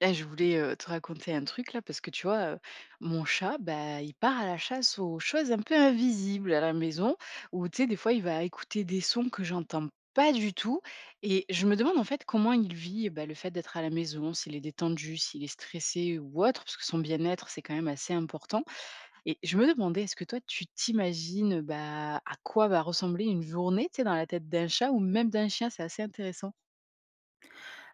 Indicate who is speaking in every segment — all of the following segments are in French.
Speaker 1: Là, je voulais te raconter un truc là parce que tu vois, mon chat, bah, il part à la chasse aux choses un peu invisibles à la maison, où tu sais, des fois, il va écouter des sons que j'entends pas du tout, et je me demande en fait comment il vit bah, le fait d'être à la maison, s'il est détendu, s'il est stressé ou autre, parce que son bien-être c'est quand même assez important. Et je me demandais, est-ce que toi, tu t'imagines bah, à quoi va ressembler une journée, tu sais, dans la tête d'un chat ou même d'un chien, c'est assez intéressant.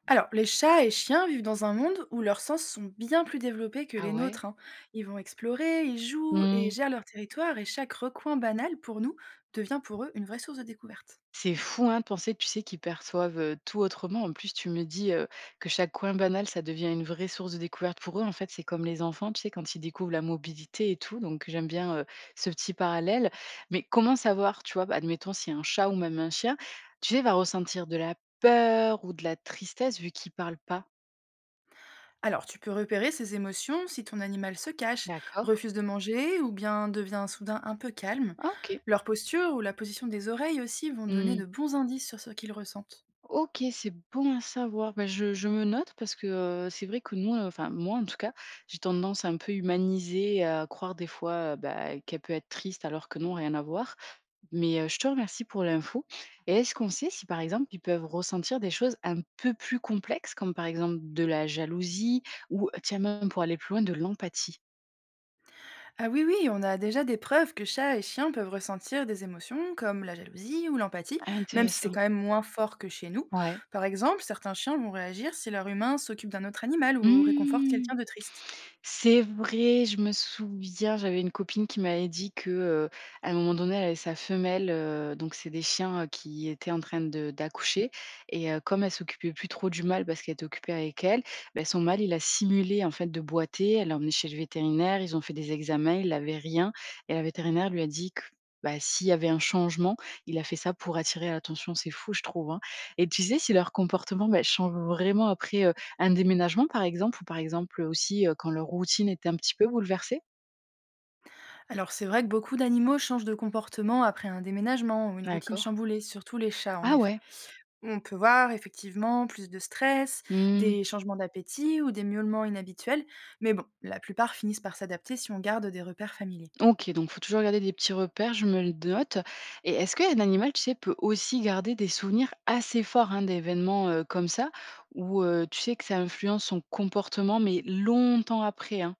Speaker 2: Alors, les chats et chiens vivent dans un monde où leurs sens sont bien plus développés que
Speaker 1: Ah
Speaker 2: les
Speaker 1: ouais?
Speaker 2: nôtres, hein. Ils vont explorer, ils jouent et gèrent leur territoire, et chaque recoin banal pour nous devient pour eux une vraie source de découverte.
Speaker 1: C'est fou, hein, de penser, tu sais, qu'ils perçoivent, tout autrement. En plus, tu me dis, que chaque coin banal, ça devient une vraie source de découverte pour eux. En fait, c'est comme les enfants, tu sais, quand ils découvrent la mobilité et tout, donc j'aime bien, ce petit parallèle. Mais comment savoir, tu vois, bah, admettons, si un chat ou même un chien, tu sais, va ressentir de la peur ou de la tristesse vu qu'il parle pas?
Speaker 2: Alors, tu peux repérer ses émotions si ton animal se cache,
Speaker 1: D'accord.
Speaker 2: refuse de manger ou bien devient soudain un peu calme.
Speaker 1: Ah OK.
Speaker 2: Leur posture ou la position des oreilles aussi vont donner
Speaker 1: Mmh.
Speaker 2: de bons indices sur ce qu'ils ressentent.
Speaker 1: OK, c'est bon à savoir. Bah, je me note parce que, c'est vrai que nous, enfin moi en tout cas, j'ai tendance à un peu humaniser à croire des fois, bah, qu'elle peut être triste alors que non, rien à voir. Mais, je te remercie pour l'info et est-ce qu'on sait si, par exemple, ils peuvent ressentir des choses un peu plus complexes comme, par exemple, de la jalousie ou, tiens, même pour aller plus loin, de l'empathie?
Speaker 2: Ah oui, oui, on a déjà des preuves que chats et chiens peuvent ressentir des émotions comme la jalousie ou l'empathie,
Speaker 1: Ah,
Speaker 2: même si c'est
Speaker 1: intéressant.
Speaker 2: quand même moins fort que chez nous.
Speaker 1: Ouais.
Speaker 2: Par exemple, certains chiens vont réagir si leur humain s'occupe d'un autre animal ou réconforte
Speaker 1: Mmh.
Speaker 2: quelqu'un de triste.
Speaker 1: C'est vrai, je me souviens, j'avais une copine qui m'avait dit que, à un moment donné, elle avait sa femelle, donc c'est des chiens, qui étaient en train de d'accoucher et comme elle s'occupait plus trop du mâle parce qu'elle était occupée avec elle, bah, son mâle, il a simulé en fait de boiter. Elle l'a emmené chez le vétérinaire, ils ont fait des examens, il n'avait rien et la vétérinaire lui a dit que, bah, s'il y avait un changement, il a fait ça pour attirer l'attention. C'est fou, je trouve, hein, et tu sais si leur comportement, bah, change vraiment après, un déménagement, par exemple? Ou par exemple, aussi, quand leur routine était un petit peu bouleversée?
Speaker 2: Alors c'est vrai que beaucoup d'animaux changent de comportement après un déménagement ou une routine
Speaker 1: D'accord.
Speaker 2: chamboulée, surtout les chats en
Speaker 1: Ah
Speaker 2: effet.
Speaker 1: ouais?
Speaker 2: On peut voir effectivement plus de stress,
Speaker 1: Mmh.
Speaker 2: des changements d'appétit ou des miaulements inhabituels, mais bon, la plupart finissent par s'adapter si on garde des repères familiers.
Speaker 1: OK, donc faut toujours garder des petits repères, je me le note et est-ce qu'un animal, tu sais, peut aussi garder des souvenirs assez forts, hein, d'événements, comme ça? Où tu sais que ça influence son comportement, mais longtemps après, hein?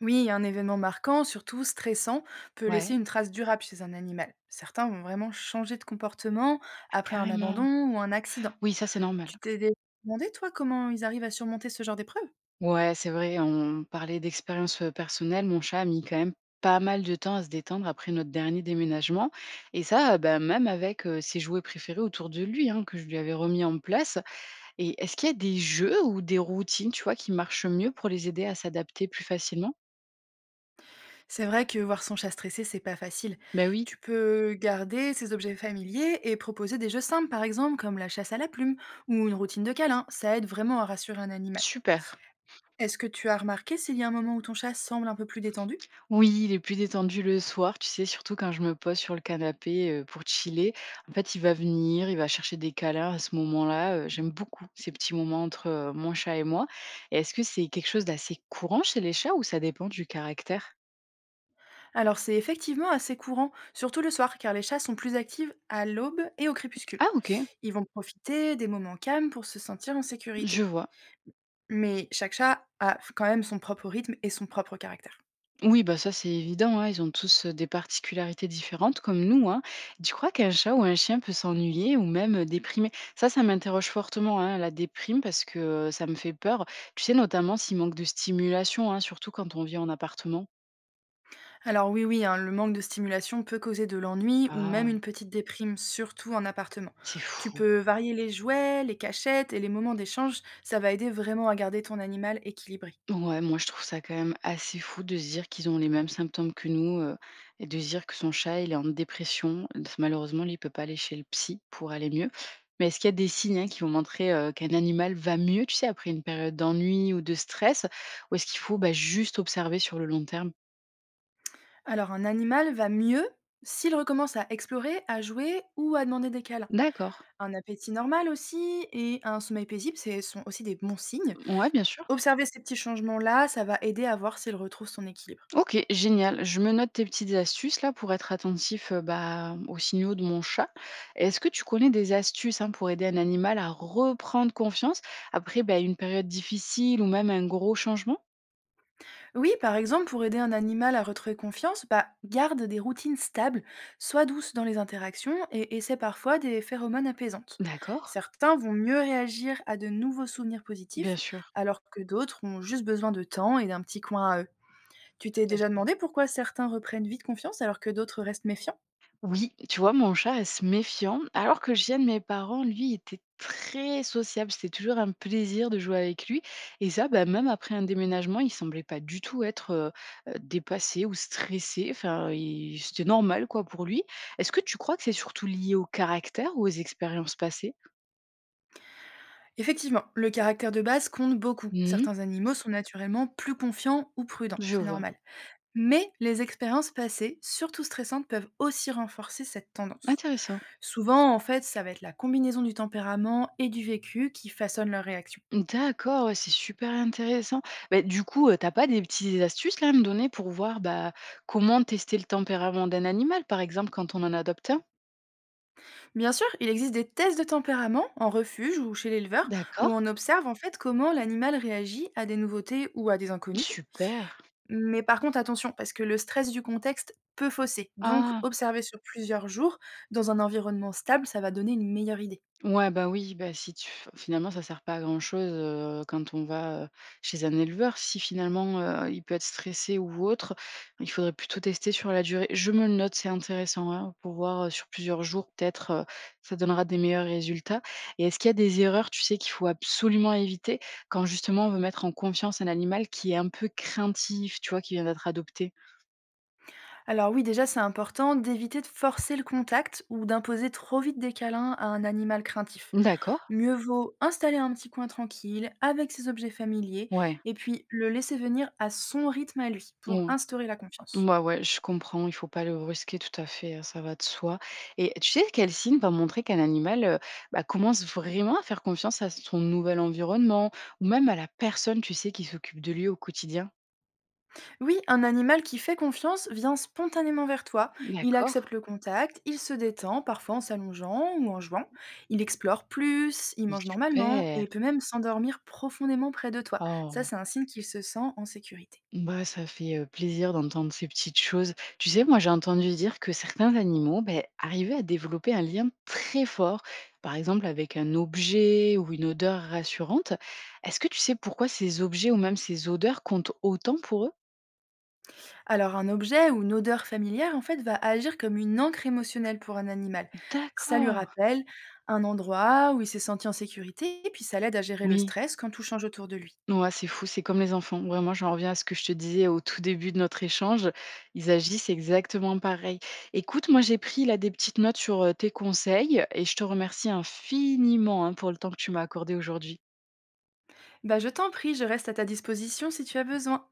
Speaker 2: Oui, un événement marquant, surtout stressant, peut laisser
Speaker 1: Ouais.
Speaker 2: une trace durable chez un animal. Certains vont vraiment changer de comportement
Speaker 1: Ah
Speaker 2: après un abandon
Speaker 1: carrément!
Speaker 2: ou un accident.
Speaker 1: Oui, ça, c'est
Speaker 2: Tu
Speaker 1: normal.
Speaker 2: t'es dé- demandé, toi, comment ils arrivent à surmonter ce genre d'épreuve?
Speaker 1: Ouais, c'est vrai, on parlait d'expérience, personnelle. Mon chat a mis quand même pas mal de temps à se détendre après notre dernier déménagement et ça, bah, même avec, ses jouets préférés autour de lui, hein, que je lui avais remis en place et est-ce qu'il y a des jeux ou des routines, tu vois, qui marchent mieux pour les aider à s'adapter plus facilement?
Speaker 2: C'est vrai que voir son chat stressé, c'est pas facile.
Speaker 1: Ben oui,
Speaker 2: Tu peux garder ses objets familiers et proposer des jeux simples, par exemple, comme la chasse à la plume ou une routine de câlin. Ça aide vraiment à rassurer un animal.
Speaker 1: super.
Speaker 2: Est-ce que tu as remarqué s'il y a un moment où ton chat semble un peu plus détendu?
Speaker 1: Oui, il est plus détendu le soir, tu sais, surtout quand je me pose sur le canapé pour chiller. En fait, il va venir, il va chercher des câlins à ce moment-là. J'aime beaucoup ces petits moments entre mon chat et moi. Et est-ce que c'est quelque chose d'assez courant chez les chats ou ça dépend du caractère?
Speaker 2: Alors c'est effectivement assez courant, surtout le soir, car les chats sont plus actives à l'aube et au crépuscule.
Speaker 1: Ah OK,
Speaker 2: Ils vont profiter des moments calmes pour se sentir en
Speaker 1: je
Speaker 2: sécurité.
Speaker 1: vois.
Speaker 2: Mais chaque chat a quand même son propre rythme et son propre caractère.
Speaker 1: Oui, bah ça c'est évident, hein, ils ont tous des particularités différentes comme nous, hein. Tu crois qu'un chat ou un chien peut s'ennuyer ou même déprimer? Ça m'interroge fortement, hein, la déprime, parce que ça me fait peur. Tu sais, notamment s'il manque de stimulation, hein, surtout quand on vit en appartement.
Speaker 2: Alors oui, oui, hein, le manque de stimulation peut causer de l'ennui ou même
Speaker 1: Ah,
Speaker 2: une petite déprime, surtout en appartement.
Speaker 1: c'est
Speaker 2: Tu
Speaker 1: fou.
Speaker 2: peux varier les jouets, les cachettes et les moments d'échange, ça va aider vraiment à garder ton animal équilibré.
Speaker 1: Ouais, moi je trouve ça quand même assez fou de se dire qu'ils ont les mêmes symptômes que nous, et de se dire que son chat, il est en dépression. Malheureusement, lui, il peut pas aller chez le psy pour aller mieux. Mais est-ce qu'il y a des signes, hein, qui vont montrer, qu'un animal va mieux, tu sais, après une période d'ennui ou de stress? Ou est-ce qu'il faut, bah, juste observer sur le long terme?
Speaker 2: Alors un animal va mieux s'il recommence à explorer, à jouer ou à demander des câlins.
Speaker 1: D'accord.
Speaker 2: Un appétit normal aussi et un sommeil paisible, ce sont aussi des bons signes.
Speaker 1: Ouais, bien sûr.
Speaker 2: Observer ces petits changements-là, ça va aider à voir s'il retrouve son équilibre.
Speaker 1: OK, génial. Je me note tes petites astuces là pour être attentif, bah, aux signaux de mon chat. Est-ce que tu connais des astuces, hein, pour aider un animal à reprendre confiance après, bah, une période difficile ou même un gros changement?
Speaker 2: Oui, par exemple, pour aider un animal à retrouver confiance, bah, garde des routines stables, sois douce dans les interactions et essaie parfois des phéromones apaisantes.
Speaker 1: D'accord,
Speaker 2: Certains vont mieux réagir à de nouveaux souvenirs
Speaker 1: bien
Speaker 2: positifs,
Speaker 1: sûr,
Speaker 2: alors que d'autres ont juste besoin de temps et d'un petit coin à eux. Tu t'es
Speaker 1: tout à
Speaker 2: déjà
Speaker 1: fait.
Speaker 2: demandé pourquoi certains reprennent vite confiance alors que d'autres restent méfiants?
Speaker 1: Oui, tu vois, mon chat est méfiant, alors que le chien de mes parents, lui, était très sociable. C'était toujours un plaisir de jouer avec lui. Et ça, bah, même après un déménagement, il semblait pas du tout être dépassé ou stressé. Enfin, c'était normal, quoi, pour lui. Est-ce que tu crois que c'est surtout lié au caractère ou aux expériences passées?
Speaker 2: Effectivement, le caractère de base compte beaucoup.
Speaker 1: Mhm,
Speaker 2: Certains animaux sont naturellement plus confiants ou prudents,
Speaker 1: je
Speaker 2: c'est
Speaker 1: vois.
Speaker 2: normal. Mais les expériences passées, surtout stressantes, peuvent aussi renforcer cette tendance.
Speaker 1: Intéressant.
Speaker 2: Souvent, en fait, ça va être la combinaison du tempérament et du vécu qui façonne leur réaction.
Speaker 1: D'accord, ouais, c'est super intéressant. Beh, du coup, tu pas des petites astuces là à me donner pour voir, bah, comment tester le tempérament d'un animal, par exemple, quand on en adopte un?
Speaker 2: Bien sûr, il existe des tests de tempérament en refuge ou chez l'éleveur où
Speaker 1: D'accord,
Speaker 2: on observe en fait comment l'animal réagit à des nouveautés ou à des inconnus.
Speaker 1: super.
Speaker 2: Mais par contre attention, parce que le stress du contexte peut fausser. Donc
Speaker 1: Ah!
Speaker 2: observer sur plusieurs jours, dans un environnement stable, ça va donner une meilleure idée.
Speaker 1: Ouais, bah, oui, bah, si tu f finalement ça sert pas à grand chose, quand on va, chez un éleveur. Si finalement, il peut être stressé ou autre, il faudrait plutôt tester sur la durée. Je me le note, c'est intéressant, hein, pour voir, sur plusieurs jours peut-être, ça donnera des meilleurs résultats et est-ce qu'il y a des erreurs, tu sais, qu'il faut absolument éviter quand justement on veut mettre en confiance un animal qui est un peu craintif, tu vois, qui vient d'être adopté?
Speaker 2: Alors oui, déjà c'est important d'éviter de forcer le contact ou d'imposer trop vite des câlins à un animal craintif.
Speaker 1: D'accord,
Speaker 2: Mieux vaut installer un petit coin tranquille avec ses objets familiers
Speaker 1: ouais,
Speaker 2: et puis le laisser venir à son rythme à lui
Speaker 1: ouais.
Speaker 2: pour instaurer la confiance.
Speaker 1: Bah, ouais, je comprends, il faut pas le brusquer, tout à fait, ça va de soi et tu sais quel signe va montrer qu'un animal, bah, commence vraiment à faire confiance à son nouvel environnement ou même à la personne, tu sais, qui s'occupe de lui au quotidien?
Speaker 2: Oui, un animal qui fait confiance vient spontanément vers toi. Il
Speaker 1: D'accord.
Speaker 2: accepte le contact, il se détend, parfois en s'allongeant ou en jouant. Il explore plus, il mange normalement
Speaker 1: Super!
Speaker 2: et peut même s'endormir profondément près de toi. Ça,
Speaker 1: Oh.
Speaker 2: c'est un signe qu'il se sent en sécurité.
Speaker 1: Bah, ça fait, plaisir d'entendre ces petites choses. Tu sais, moi, j'ai entendu dire que certains animaux, ben, arrivaient à développer un lien très fort, par exemple avec un objet ou une odeur rassurante. Est-ce que tu sais pourquoi ces objets ou même ces odeurs comptent autant pour eux?
Speaker 2: Alors un objet ou une odeur familière, en fait, va agir comme une encre émotionnelle pour un animal. Ça lui
Speaker 1: D'accord,
Speaker 2: rappelle un endroit où il s'est senti en sécurité et puis ça l'aide à gérer le
Speaker 1: oui.
Speaker 2: stress quand tout change autour de lui.
Speaker 1: Ouais, c'est fou, c'est comme les enfants. Vraiment, j'en reviens à ce que je te disais au tout début de notre échange. Ils agissent exactement pareil. Écoute, moi, j'ai pris là des petites notes sur tes conseils et je te remercie infiniment, hein, pour le temps que tu m'as accordé aujourd'hui.
Speaker 2: Bah, je t'en prie, je reste à ta disposition si tu as besoin.